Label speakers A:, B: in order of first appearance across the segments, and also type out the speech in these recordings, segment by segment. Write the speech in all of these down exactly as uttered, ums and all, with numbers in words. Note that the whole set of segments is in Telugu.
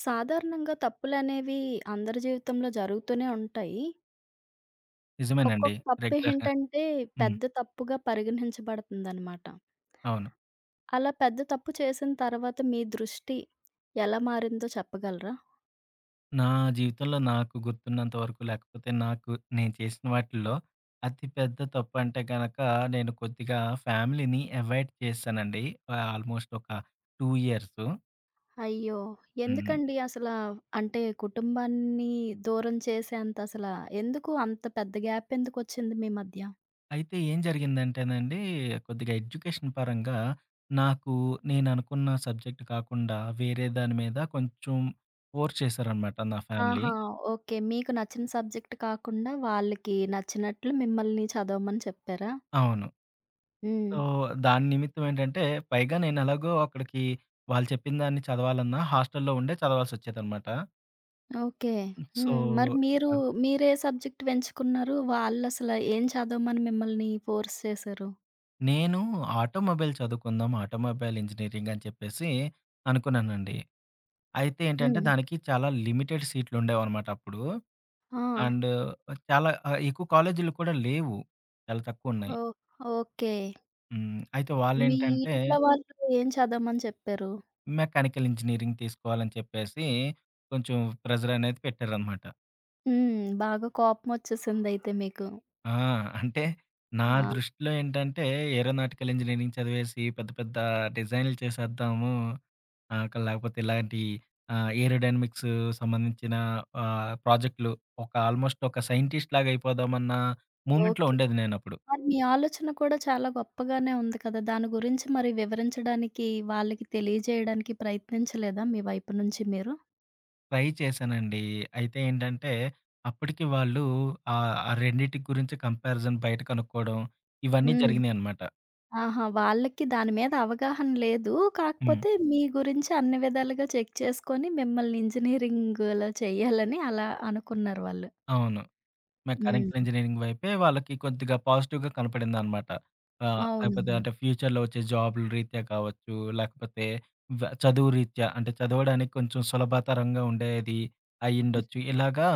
A: సాధారణంగా తప్పులనేవి అందరి జీవితంలో జరుగుతూనే ఉంటాయి.
B: నిజమేనండి.
A: ఒక్కొక్క
B: రెగ్యులర్‌గా
A: తప్పేంటంటే
B: హ్మ్.
A: పెద్ద తప్పుగా పరిగణించబడుతుందనమాట.
B: అవును.
A: అలా పెద్ద తప్పు చేసిన తర్వాత మీ దృష్టి ఎలా మారిందో చెప్పగలరా?
B: నా జీవితంలో నాకు గుర్తున్నంత వరకు లేకపోతే నాకు నేను చేసిన వాటిల్లో అతి పెద్ద తప్పంటే గనక నేను కొద్దిగా ఫ్యామిలీని అవాయిడ్ చేశానండి. ఆహ్, ఆల్‌మోస్ట్ ఒక రెండు ఇయర్స్.
A: అయ్యో!
B: హ్మ్.
A: ఎందుకండి అసల? అంటే కుటుంబాన్ని దూరం చేసేంత అసల ఎందుకు అంత పెద్ద గ్యాప్ ఎందుకొచ్చింది మీ మధ్య?
B: అయితే ఏం జరిగిందంటేనండి కొద్దిగా ఎడ్యుకేషన్ పరంగా నాకు నేననుకున్న సబ్జెక్ట్ కాకుండా వేరే దాని మీద కొంచెం ఫోర్స్ చేశారనమాట నా ఫ్యామిలీ.
A: ఆహా! ఓకే. మీకు నచ్చిన సబ్జెక్ట్ కాకుండా వాళ్ళకి నచ్చినట్లు మిమ్మల్ని చదవమని చెప్పారా?
B: అవును.
A: హ్మ్.
B: సో, దాని నిమిత్తం ఏంటంటే, పైగా నేనెలాగో అక్కడికి వాళ్ళు చెప్పిన దాన్ని చదవాలన్నా హాస్టల్‌లో ఉండే చదవాల్సొచ్చేదనమాట.
A: ఓకే.
B: సో,
A: హ్మ్. మరి
B: ఇక
A: మీరు మీరే సబ్జెక్ట్ వెంచుకున్నారు? వాళ్ళసల ఏం చదవమని మిమ్మల్ని ఫోర్స్ చేశారు?
B: నేను ఆటోమొబైల్ చదువుకుందాం, ఆటోమొబైల్ ఇంజినీరింగ్ అని చెప్పేసి అనుకున్నానండి. అయితే ఏంటంటే,
A: హ్మ్.
B: దానికి చాలా లిమిటెడ్ సీట్లుండేవనమాట అప్పుడు.
A: ఆ!
B: అండ్ చాలా ఆహ్, ఎక్కువ కాలేజీలు కూడా లేవు. చాలా తక్కువున్నాయి.
A: ఓహ్! ఓకే.
B: హ్మ్. అయితే
A: మీ
B: వాళ్ళేంటంటే,
A: ఇంట్లో వాళ్ళు ఏం చదవమని చెప్పారు?
B: మెకానికల్ ఇంజినీరింగ్ తీసుకోవాలని చెప్పేసి కొంచెం ప్రెజరనేది పెట్టారనమాట.
A: హ్మ్. బాగా కోపమొచ్చేసిందయితే మీకు.
B: ఆ! అంటే నా
A: ఆ!
B: దృష్టిలో ఏంటంటే, ఏరోనాటికల్ ఇంజినీరింగ్ చదివేసి పెద్ద పెద్ద డిజైన్‌లు చేసేద్దాము. ఆహ్, క లేకపోతే ఇలాంటి ఆహ్, ఏరోడైనమిక్స్ సంబంధించిన ఆహ్, ప్రాజెక్ట్‌లు ఒక ఆల్మోస్ట్ ఒక సైంటిస్ట్ లాగా అయిపోదామన్న మూమెంట్‌లో
A: ఓకే.
B: ఉండేది నేనప్పుడు.
A: మరి మీ ఆలోచన కూడా చాలా గొప్పగానే ఉంది కదా! దాని గురించి మరి వివరించడానికి, వాళ్ళకి తెలియజేయడానికి ప్రయత్నించలేదా మీ వైపు నుంచి మీరు?
B: ట్రై చేశానండి. అయితే ఏంటంటే, అప్పటికి వాళ్ళు ఆహ్, ఆ రెండిటి గురించి కంపారిజన్ బయట కనుక్కోవడం ఇవన్నీ
A: హ్మ్.
B: జరిగినాయన్నమాట.
A: ఆహా! వాళ్ళకి దాని మీద అవగాహన లేదు.
B: హ్మ్.
A: కాకపోతే మీ గురించి అన్ని విధాలుగా చెక్ చేసుకొని మిమ్మల్ని ఇంజినీరింగ్‌లో చెయ్యాలని అలా అనుకున్నారు వాళ్ళు.
B: అవును. మెకానికల్
A: హ్మ్.
B: ఇంజినీరింగ్ వైపే వాళ్ళకి కొద్దిగా పాజిటివ్‌గా కనపడిందనమాట. ఆహ్, లేకపోతే
A: అవునవును.
B: అంటే ఫ్యూచర్‌లో వచ్చే జాబ్‌ల రీత్యా కావచ్చు, లేకపోతే వ చదువు రీత్యా అంటే చదవడానికి కొంచెం సులభతరంగా ఉండేది అయ్యుండొచ్చు. ఇలాగా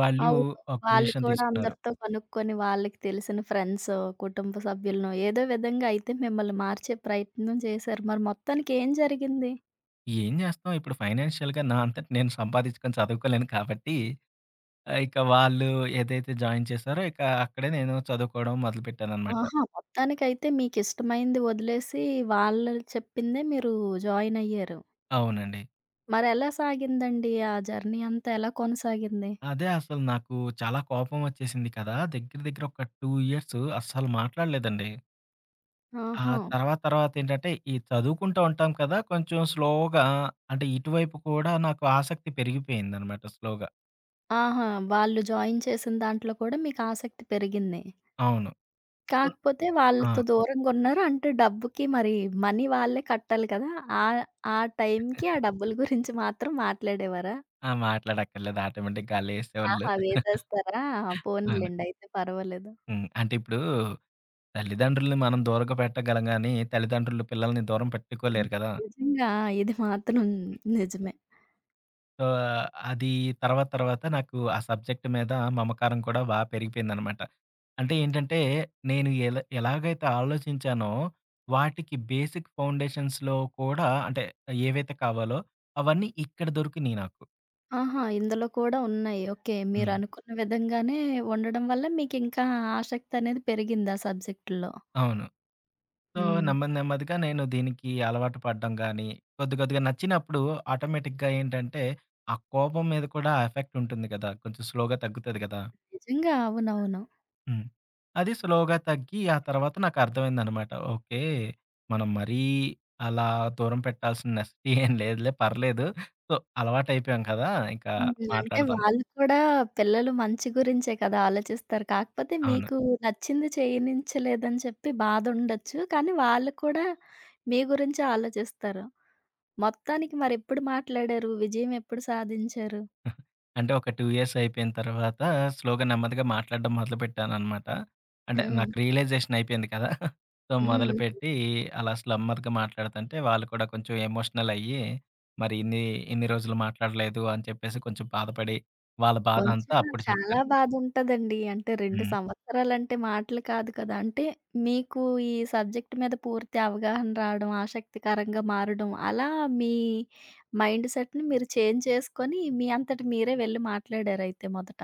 B: వాళ్ళు
A: అవును.
B: ఒక
A: వాళ్ళు
B: డెసిషన్
A: కూడా
B: తీసుకున్నారు.
A: అందరితో కనుక్కొని వాళ్ళకి తెలిసిన ఫ్రెండ్సో, కుటుంబ సభ్యులనో ఏదో విధంగా అయితే మిమ్మల్ని మార్చే ప్రయత్నం చేశారు. మరి మొత్తానికి ఏం జరిగింది?
B: ఏం చేస్తాం ఇప్పుడు ఫైనాన్షియల్‌గా నా అంతట నేను సంపాదించుకొని చదువుకోలేను కాబట్టి ఆహ్, ఇక వాళ్ళు ఏదైతే జాయిన్ చేశారో ఇక అక్కడే నేను చదువుకోవడం మొదలుపెట్టాననమాట.
A: ఆహా! మొత్తానికైతే మీకిష్టమైంది వదిలేసి వాళ్ళు చెప్పిందే మీరు జాయిన్ అయ్యారు.
B: అవునండి.
A: మరెలా సాగిందండి? ఆ జర్నీ అంతా ఎలా కొనసాగింది?
B: అదే అసలు నాకు చాలా కోపం వచ్చేసింది కదా! దగ్గర దగ్గర ఒక రెండు ఇయర్స్ అస్సలు మాట్లాడలేదండి. ఆ
A: ఆహా!
B: తర్వాత తర్వాత ఏంటంటే, ఈ చదువుకుంటూ ఉంటాం కదా! కొంచెం స్లోగా అంటే ఇటువైపు కూడా నాకు ఆసక్తి పెరిగిపోయిందనమాట స్లోగా.
A: ఆహా! వాళ్ళు జాయిన్ చేసిన దాంట్లో కూడా మీకు ఆసక్తి పెరిగింది.
B: అవును.
A: కాకపోతే
B: ఆ!
A: వాళ్ళతో దూరంగున్నారు. అంటే డబ్బుకి మరి మనీ వాళ్ళే కట్టాలి కదా! ఆ ఆ టైంకి ఆ డబ్బుల గురించి మాత్రం మాట్లాడేవారా?
B: ఆ! మాట్లాడక్కర్లేదు ఆటోమేటిక్‌గా ఆళ్ళేసేవాళ్ళు.
A: ఆహా! వేసేస్తారా?
B: అవును.
A: పోనీలెండి అయితే పర్వాలేదు.
B: హ్మ్. అంటే ఇప్పుడు తల్లిదండ్రులని మనం దూరంగా పెట్టగలం గానీ, తల్లిదండ్రులు పిల్లల్ని దూరం
A: హ్మ్.
B: పెట్టుకోలేరు కదా!
A: నిజంగా ఇది మాత్రం నిజమే.
B: సో, అది తర్వాత తర్వాత నాకు ఆ సబ్జెక్ట్ మీద మమకారం కూడా బా పెరిగిపోయిందనమాట. అంటే ఏంటంటే, నేను ఎలా ఎలాగైతే ఆలోచించానో, వాటికి బేసిక్ ఫౌండేషన్స్‌లో కూడా అంటే ఏవైతే కావాలో, అవన్నీ ఇక్కడ దొరికినియి నాకు.
A: ఆహా! ఇందులో కూడా ఉన్నాయి. ఓకే.
B: హ్మ్.
A: మీరనుకున్న విధంగానే ఉండడం వల్ల మీకింకా ఆసక్తనేది పెరిగింది ఆ సబ్జెక్ట్‌లో.
B: అవును. సో,
A: హ్మ్.
B: నెమ్మది నెమ్మదిగా నేను దీనికి అలవాటు పడడం గానీ, కొద్ది కొద్దిగా నచ్చినప్పుడు ఆటోమేటిక్‌గా ఏంటంటే, ఆ కోపం మీద కూడా ఎఫెక్ట్ ఉంటుంది కదా! కొంచెం స్లోగా తగ్గుతది కదా!
A: నిజంగా. అవునవును.
B: హ్మ్. అది స్లోగా తగ్గి ఆ తర్వాత నాకర్థమైందనమాట. ఓకే. మనం మరీ అలా దూరం పెట్టాల్సిన నెసెసిటీ ఏం లేదులే పర్లేదు. సో, అలవాటయిపోయాం కదా! ఇంకా
A: హ్మ్. అంటే
B: మాట్లాడదాం.
A: వాళ్ళు కూడా పిల్లలు మంచి గురించే కదా ఆలోచిస్తారు. కాకపోతే
B: అవును.
A: మీకు నచ్చింది చేయనించలేదని చెప్పి బాధుండొచ్చు. కానీ వాళ్ళు కూడా మీ గురించే ఆలోచిస్తారు. మొత్తానికి మరెప్పుడు మాట్లాడారు? విజయం ఎప్పుడు సాధించారు?
B: అంటే ఒక రెండు ఇయర్స్ అయిపోయిన తర్వాత స్లోగా నెమ్మదిగా మాట్లాడడం మొదలుపెట్టాననమాట. అంటే
A: హ్మ్.
B: నాకు రియలైజేషన్ అయిపోయింది కదా! సో,
A: హ్మ్.
B: మొదలుపెట్టి అలా స్లమ్మర్‌గా మాట్లాడుతుంటే వాళ్ళు కూడా కొంచెం ఎమోషనల్ అయ్యి, మరి ఇన్ని ఇన్ని రోజులు మాట్లాడలేదు అని చెప్పేసి కొంచెం బాధపడి, వాళ్ళ బాధంతా
A: కొంచెం
B: అప్పుడు
A: చాలా
B: చెప్పారు.
A: బాధుంటదండి. అంటే రెండు
B: హ్మ్.
A: సంవత్సరాలంటే మాటలు కాదు కదా! అంటే మీకు ఈ సబ్జెక్ట్ మీద పూర్తి అవగాహన రావడం, ఆసక్తికరంగా మారడం అలా మీ మైండ్ సెట్‌ని మీరు చేంజ్ చేసుకొని మీ అంతట మీరే వెళ్లి మాట్లాడారయితే మొదట.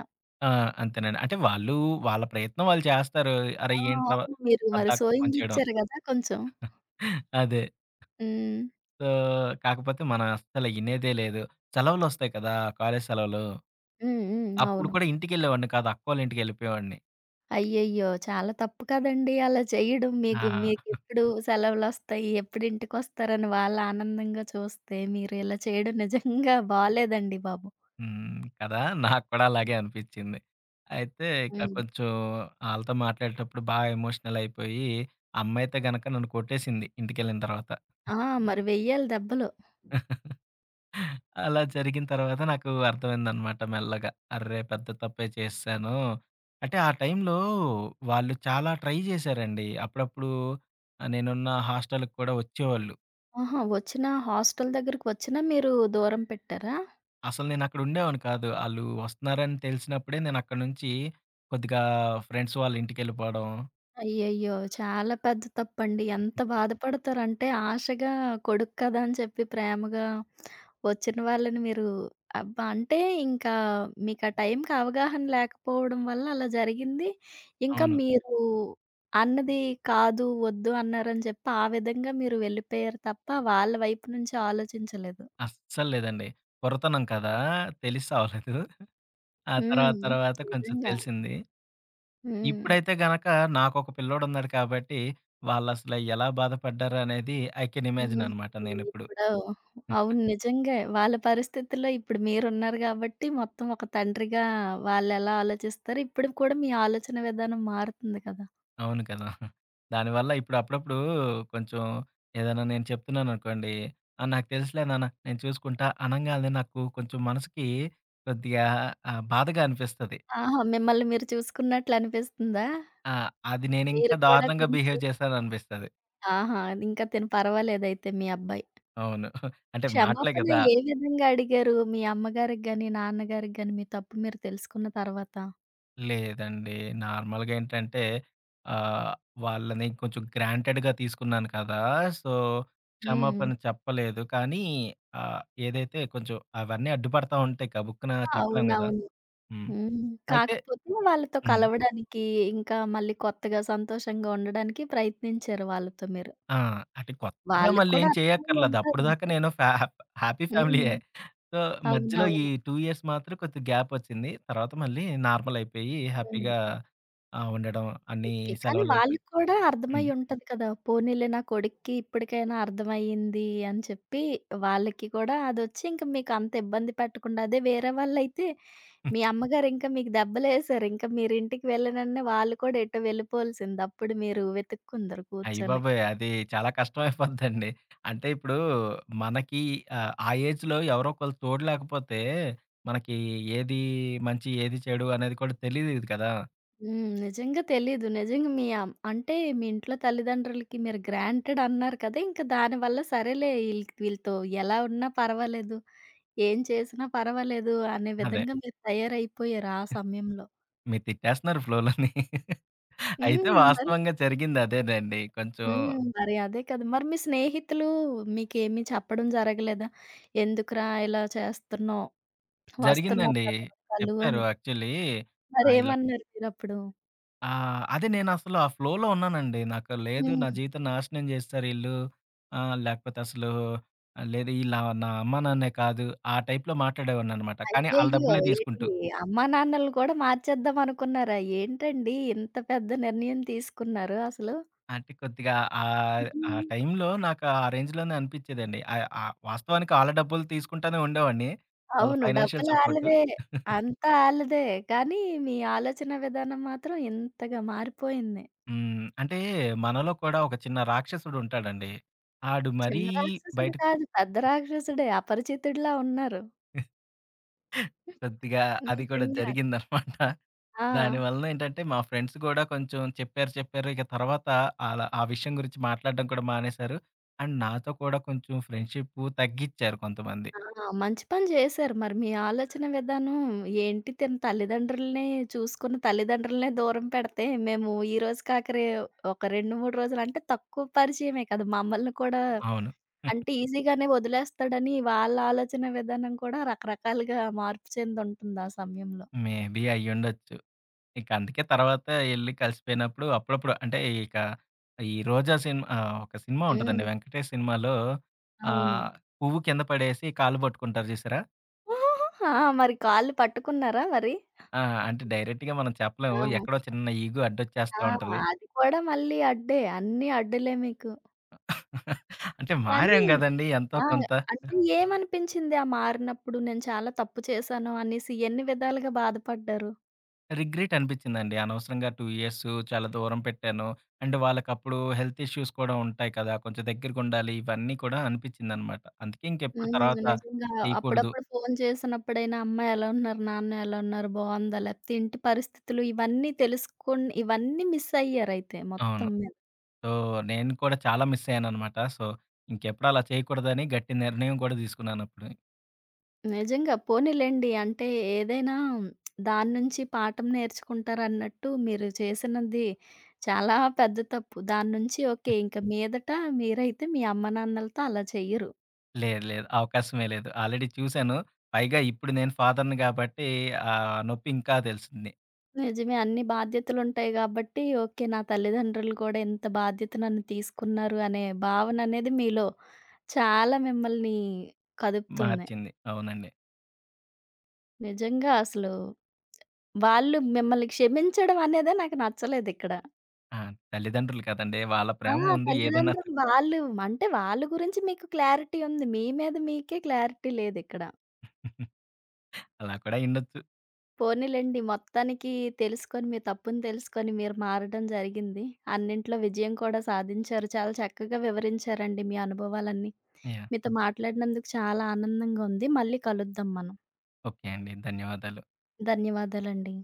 B: ఆ! అంతేనండి. అంటే వాళ్ళు వాళ్ళ ప్రయత్నం వాళ్ళు చేస్తారు. అరే!
A: ఆ!
B: ఏంట్రా
A: అవును. మీరు మరి
B: పద్దాక ఫోను చేయడం.
A: సోయింగిచ్చారు గదా! కొంచెం.
B: అదే.
A: హ్మ్.
B: సో, కాకపోతే మనం అస్సలు ఇనేదే లేదు. సెలవులొస్తాయి కదా! కాలేజీ సెలవులు.
A: హ్మ్. హ్మ్.
B: అప్పుడు
A: అవును.
B: కూడా ఇంటికెళ్ళేవాడిని కాదు. అక్కోళ్ళ ఇంటికెళ్ళిపోయేవాడిని.
A: అయ్యయ్యో! చాలా తప్పు కదండీ అలా చేయడం. మీకు
B: ఆ!
A: మీకెప్పుడు సెలవులొస్తాయి, ఎప్పుడు ఇంటికొస్తారని వాళ్ళు ఆనందంగా చూస్తే, మీరు ఇలా చేయడం నిజంగా బాలేదండి బాబు.
B: హ్మ్. కదా! నాకు కూడా అలాగే అనిపిచ్చింది. అయితే ఇక
A: హ్మ్.
B: కొంచెం ఆళ్ళతో మాట్లాడేటప్పుడు బాగా ఎమోషనల్ అయిపోయి, అమ్మ అయితే గనక నన్ను కొట్టేసింది ఇంటికెళ్ళిన తర్వాత.
A: ఆ! మరి వెయ్యాలి దెబ్బలు.
B: అలా జరిగిన తర్వాత నాకు అర్థమైందనమాట మెల్లగా. అర్రే! పెద్ద తప్పే చేసేసాను. అంటే ఆ టైంలో వాళ్ళు చాలా ట్రై జేశారండి. అప్పుడప్పుడు ఆహ్, నేనున్న హాస్టల్‌కి కూడా వచ్చేవాళ్ళు.
A: ఆహా! వచ్చినా హాస్టల్ దగ్గరకొచ్చినా మీరు దూరం పెట్టారా?
B: అసలు నేనక్కడ ఉండేవాడిని కాదు. ఆళ్ళు వస్తున్నారని తెలిసినప్పుడే నేనక్కడి నుంచి కొద్దిగా ఫ్రెండ్స్ వాళ్ళ ఇంటికెళ్ళిపోవడం.
A: అయ్యయ్యో! చాలా పెద్ద తప్పండి. ఎంత బాధపడతారంటే ఆశగా కొడుకు కదా అని చెప్పి ప్రేమగా వచ్చిన వాళ్ళని మీరు అబ్బా! అంటే ఇంకా మీకా టైంకి అవగాహన లేకపోవడం వల్ల అలా జరిగింది. ఇంకా
B: అవును.
A: మీరు అన్నది కాదు, వద్దు అన్నారని చెప్పి ఆ విధంగా మీరు వెళ్ళిపోయారు తప్ప వాళ్ళ వైపు నుంచి ఆలోచించలేదు.
B: అస్సలు లేదండి. కొరతనం కదా! తెలిసి అవ్వలేదు. ఆ తర్వాత
A: హ్మ్.
B: తర్వాత కొంచెం
A: నిజంగా.
B: తెలిసింది.
A: హ్మ్.
B: ఇప్పుడైతే గనక నాకొక పిల్లోడున్నాడు కాబట్టి, వాళ్ళసల ఎలా బాధపడ్డారు అనేది ఐ కెన్ ఇమాజిన్
A: హ్మ్.
B: అనమాట నేనిప్పుడు.
A: ఇప్పుడు
B: హ్మ్.
A: అవును. నిజంగే. వాళ్ళ పరిస్థితుల్లో ఇప్పుడు మీరున్నారు గాబట్టి మొత్తం ఒక తండ్రిగా వాళ్ళెలా ఆలోచిస్తారు, ఇప్పుడు కూడా మీ ఆలోచన విధానం మారుతుంది కదా!
B: అవును కదా! దానివల్ల ఇప్పుడు అప్పుడప్పుడు కొంచెం ఏదైనా నేను చెప్తున్నాననుకోండి, "ఆ! నాకు తెలుసులే నాన్న నేను చూసుకుంటా" అనంగాల్నే నాకు కొంచెం మనసుకి కొద్దిగా ఆహ్, బాధగా అనిపిస్తది.
A: ఆహా! మిమ్మల్ని మీరు చూసుకున్నట్లు అనిపిస్తుందా?
B: ఆ! అది నేనింకా
A: మీరు కూడా
B: దారుణంగా
A: కొంచెం
B: బిహేవ్ చేశాననిపిస్తది.
A: ఆహా! ఇంకా తిను పర్వాలేదయితే మీ అబ్బాయి.
B: అవును. అంటే మాటలే
A: క్షమాపణ
B: గదా!
A: ఏ విధంగా అడిగారు? మీ అమ్మగారికి గాని, నాన్నగారికి గాని మీ తప్పు మీరు తెలుసుకున్న తర్వాత?
B: లేదండి. నార్మల్‌గా ఏంటంటే ఆహ్, వాళ్ళని కొంచెం గ్రాంటెడ్‌గా తీసుకున్నాను కదా! సో,
A: హ్మ్.
B: క్షమాపణ చెప్పలేదు. కానీ ఆహ్, ఏదైతే కొంచెం అవన్నీ అడ్డుపడతా ఉంటాయి గబుక్కున చెప్పలేం గదా!
A: అవునవును.
B: హ్మ్.
A: హ్మ్.
B: అయితే
A: కాకపోతే వాళ్ళతో
B: హ్మ్.
A: కలవడానికి, ఇంకా మళ్ళీ కొత్తగా సంతోషంగా ఉండడానికి ప్రయత్నించారు వాళ్ళతో మీరు.
B: ఆ! అంటే కొత్తగా
A: వాళ్ళకి
B: మళ్ళీ
A: కూడా
B: ఏం చేయక్కర్లేదు.
A: అర్థమయ్యుంటది.
B: అప్పటిదాకా నేను ఫ్యా హ్యాపీ
A: హ్మ్.
B: ఫ్యామిలీయే. సో, మధ్యలో ఈ
A: అవునవును.
B: రెండు ఇయర్స్ మాత్రం కొద్దిగా గ్యాపొచ్చింది. తర్వాత మళ్ళీ నార్మల్ అయిపోయి హ్యాపీగా
A: హ్మ్.
B: ఆహ్, ఉండడం అన్ని
A: ఓకే. కానీ
B: సెలవులకి
A: వాళ్ళకి కూడా అర్థమై
B: హ్మ్.
A: ఉంటది కదా! పోనీలే నా కొడుక్కి ఇప్పటికైనా అర్థమయ్యింది అని చెప్పి, వాళ్ళకి కూడా అదొచ్చి ఇంక మీకు అంత ఇబ్బంది పెట్టకుండా అదే వేరే వాళ్ళైతే మీ అమ్మగారు ఇంకా మీకు దెబ్బలేసారు. ఇంక మీరింటికి వెళ్ళినెంటనే వాళ్ళు కూడా ఎటో వెళ్ళిపోవాల్సింది. అప్పుడు మీరు వెతుక్కుందరు
B: అయ్య
A: కూర్చొని.
B: బాబోయ్! అది చాలా కష్టమైపోద్దండి. అంటే ఇప్పుడు మనకి ఆహ్, ఆ ఏజ్‌లో ఎవరో ఒకళ్ళు తోడు లేకపోతే మనకి ఏది మంచి, ఏది చెడు అనేది కూడా తెలీదు కదా!
A: హ్మ్. నిజంగా తెలీదు. నిజంగా మీ అమ్ అంటే మీ ఇంట్లో తల్లిదండ్రులకి మీరు గ్రాంటెడ్ అన్నారు కదా! ఇంక దానివల్ల సరేలే ఈళ్ళకి వీళ్ళతో ఎలా ఉన్నా పర్వాలేదు. ఏం చేసినా పర్వాలేదు అనే
B: అదే.
A: విధంగా మీరు తయారైపోయారు ఆ సమయంలో.
B: మీరు తిట్టేస్తున్నారు ఫ్లోలోని. అయితే
A: హ్మ్. మరి
B: వాస్తవంగా జరిగింది అదేనండి. కొంచెం
A: హ్మ్. మరి అదే కదా! మరి మీ స్నేహితులు మీకేమి చెప్పడం జరగలేదా? ఎందుకురా ఇలా చేస్తున్నావు? వస్తున్నారు
B: జరిగిందండి.
A: కదా! ఒక్కళ్ళు
B: చెప్పారు
A: అని.
B: యాక్చువల్లీ ఆహ్, ఇలా
A: మరేమన్నారు మీరప్పుడు?
B: ఆ! అదే నేనసలు ఆ ఫ్లోలో ఉన్నానండి. నాకు లేదు నా
A: హ్మ్.
B: జీవితం నాశనం చేసేసారు ఈళ్ళు. ఆహ్, లేకపోతే అసలు లేదు ఈళ్ళు నా నా అమ్మా నాన్నే కాదు. ఆ టైప్‌లో మాట్లాడేవాడిననమాట. కానీ ఆళ్ళ
A: అయ్యయ్యో!
B: డబ్బులే తీసుకుంటూ.
A: ఏంటి అమ్మా నాన్నలు కూడా మార్చేద్దాం అనుకున్నారా? ఏంటండి ఇంత పెద్ద నిర్ణయం తీసుకున్నారు అసలు?
B: అంటే కొద్దిగా ఆహ్, ఆ టైంలో నాకు ఆ రేంజ్‌లోనే అనిపిచ్చేదండి. ఆహ్, ఆహ్, వాస్తవానికి ఆళ్ళ డబ్బులు తీసుకుంటానే ఉండేవాడిని. వాళ్ళ
A: అవును.
B: ఫైనాన్షియల్
A: డబ్బులు
B: సపోర్ట్.
A: ఆళ్ళవే. అంతా ఆళ్ళదే. కానీ మీ ఆలోచన విధానం మాత్రం ఇంతగా మారిపోయింది.
B: హ్మ్. అంటే మనలో కూడా ఒక చిన్న రాక్షసుడు ఉంటాడండి. ఆడు మరీ
A: చిన్న రాక్షసుడు
B: బయట
A: కాదు. పెద్ద రాక్షసుడే. అపరిచితుడిలా ఉన్నారు.
B: కొద్దిగా అది కూడా
A: నిజంగా.
B: జరిగిందనమాట.
A: ఆ!
B: దాని వలన ఏంటంటే, మా ఫ్రెండ్స్ కూడా కొంచెం చెప్పారు, చెప్పారు. ఇక తర్వాత అలా ఆ విషయం గురించి మాట్లాడడం కూడా మానేశారు. అండ్ నాతో కూడా కొంచెం ఫ్రెండ్‌షిప్పు తగ్గిచ్చారు కొంతమంది.
A: ఆ! మంచి పని చేశారు. మరి మీ ఆలోచన విధానం ఏంటి తిన తల్లిదండ్రులని చూసుకున్న తల్లిదండ్రులనే దూరం పెడితే మేము ఈ రోజు కాక రే ఒక రెండు, మూడు రోజులు అంటే తక్కువ పరిచయమే కదా! మమ్మల్ని కూడా
B: అవును.
A: అంటే ఈజీగానే వదిలేస్తాడని వాళ్ళ ఆలోచన విధానం కూడా రకరకాలుగా మార్పు చెందుంటుంది ఆ సమయంలో.
B: మేబీ అయ్యుండొచ్చు. ఇక అందుకే తర్వాత ఎళ్లి కలిసిపోయినప్పుడు అప్పుడప్పుడు అంటే ఇక ఈ 'రోజా' సినిమా ఆహ్, ఒక సినిమా ఉంటదండి.
A: హ్మ్.
B: వెంకటేష్ సినిమాలో
A: అవును.
B: ఆహ్, పువ్వు కింద పడేసి కాళ్ళు పట్టుకుంటారు చూసారా?
A: ఆ! మరి కాళ్ళు పట్టుకున్నారా మరి?
B: ఆ! అంటే డైరెక్ట్‌గా మనం
A: ఆ!
B: చెప్పలేము. ఎక్కడో చిన్న ఈగో అడ్డొచ్చేస్తా
A: ఆ!
B: ఉంటది.
A: అది కూడా మళ్ళీ అడ్డే. అన్నీ అడ్డులే మీకు.
B: అంటే
A: కానీ
B: మారాం గదండీ! ఎంతో
A: ఆ!
B: కొంత.
A: అంటే ఏమనిపించింది ఆ మారినప్పుడు? నేను చాలా తప్పు చేశాను అనేసి ఎన్ని విధాలుగా బాధపడ్డారు?
B: రిగ్రెట్ అనిపిచ్చిందండి. అనవసరంగా రెండు ఇయర్స్ చాలా దూరం పెట్టాను. అండ్ వాళ్ళకప్పుడు హెల్త్ ఇష్యూస్ కూడా ఉంటాయి కదా! కొంచెం దగ్గరగుండాలి. ఇవన్నీ కూడా అనిపిచ్చిందనమాట. అందుకే ఇంకెప్పుడు
A: హ్మ్.
B: తర్వాత
A: నిజంగా
B: చేయకూడదు.
A: అప్పుడప్పుడు ఫోను చేసినప్పుడైనా అమ్మ ఎలా ఉన్నారు? నాన్న ఎలా ఉన్నారు? బావుందా? లేపోతే ఇంటి పరిస్థితులు ఇవన్నీ తెలుసుకొని ఇవన్నీ మిస్ అయ్యారైతే
B: అవును.
A: మొత్తం మీద.
B: సో, నేను కూడా చాలా మిస్ అయ్యాననమాట. సో, ఇంకెప్పుడు అలా చేయకూడదని గట్టి నిర్ణయం కూడా తీసుకున్నానప్పుడు.
A: నిజంగా పోనీలెండి. అంటే ఏదైనా దాని నుంచి పాఠం నేర్చుకుంటారన్నట్టు మీరు చేసినది చాలా పెద్ద తప్పు. దాని నుంచి ఓకే. ఇంక మీదట మీరైతే మీ అమ్మ నాన్నలతో అలా చెయ్యరు.
B: లేదు, లేదు. అవకాశమే లేదు. ఆల్రెడీ చూసాను. పైగా ఇప్పుడు నేను ఫాదర్‌ని గాబట్టి ఆ నొప్పి ఇంకా తెలిసింది.
A: నిజమే అన్ని బాధ్యతలుంటాయి గాబట్టి ఓకే. నా తల్లిదండ్రులు కూడా ఇంత బాధ్యత నన్ను తీసుకున్నారు అనే భావననేది మీలో చాలా మిమ్మల్ని కదుపుతుంది.
B: మార్చింది. అవునండి.
A: నిజంగా అసలు వాళ్ళు మిమ్మల్ని క్షమించడం అనేదే నాకు నచ్చలేదిక్కడ.
B: ఆ! తల్లిదండ్రులు కదండీ! వాళ్ళ
A: ఆ!
B: ప్రేమ ముందు ఏదైనా
A: తల్లిదండ్రులు
B: తక్
A: వాళ్ళు అంటే వాళ్ళ గురించి మీకు క్లారిటీ ఉంది. మీ మీద మీకే క్లారిటీ లేదిక్కడ.
B: అలా కూడా అయ్యుండొచ్చు.
A: పోనీలెండి మొత్తానికి తెలుసుకొని మీ తప్పుని తెలుసుకొని మీరు మారడం జరిగింది. అన్నింట్లో విజయం కూడా సాధించారు. చాలా చక్కగా వివరించారండి మీ అనుభవాలన్నీ.
B: యాహ్!
A: మీతో మాట్లాడినందుకు చాలా ఆనందంగా ఉంది. మళ్ళీ కలుద్దాం మనం.
B: ఓకే అండి. ధన్యవాదాలు.
A: ధన్యవాదాలండి.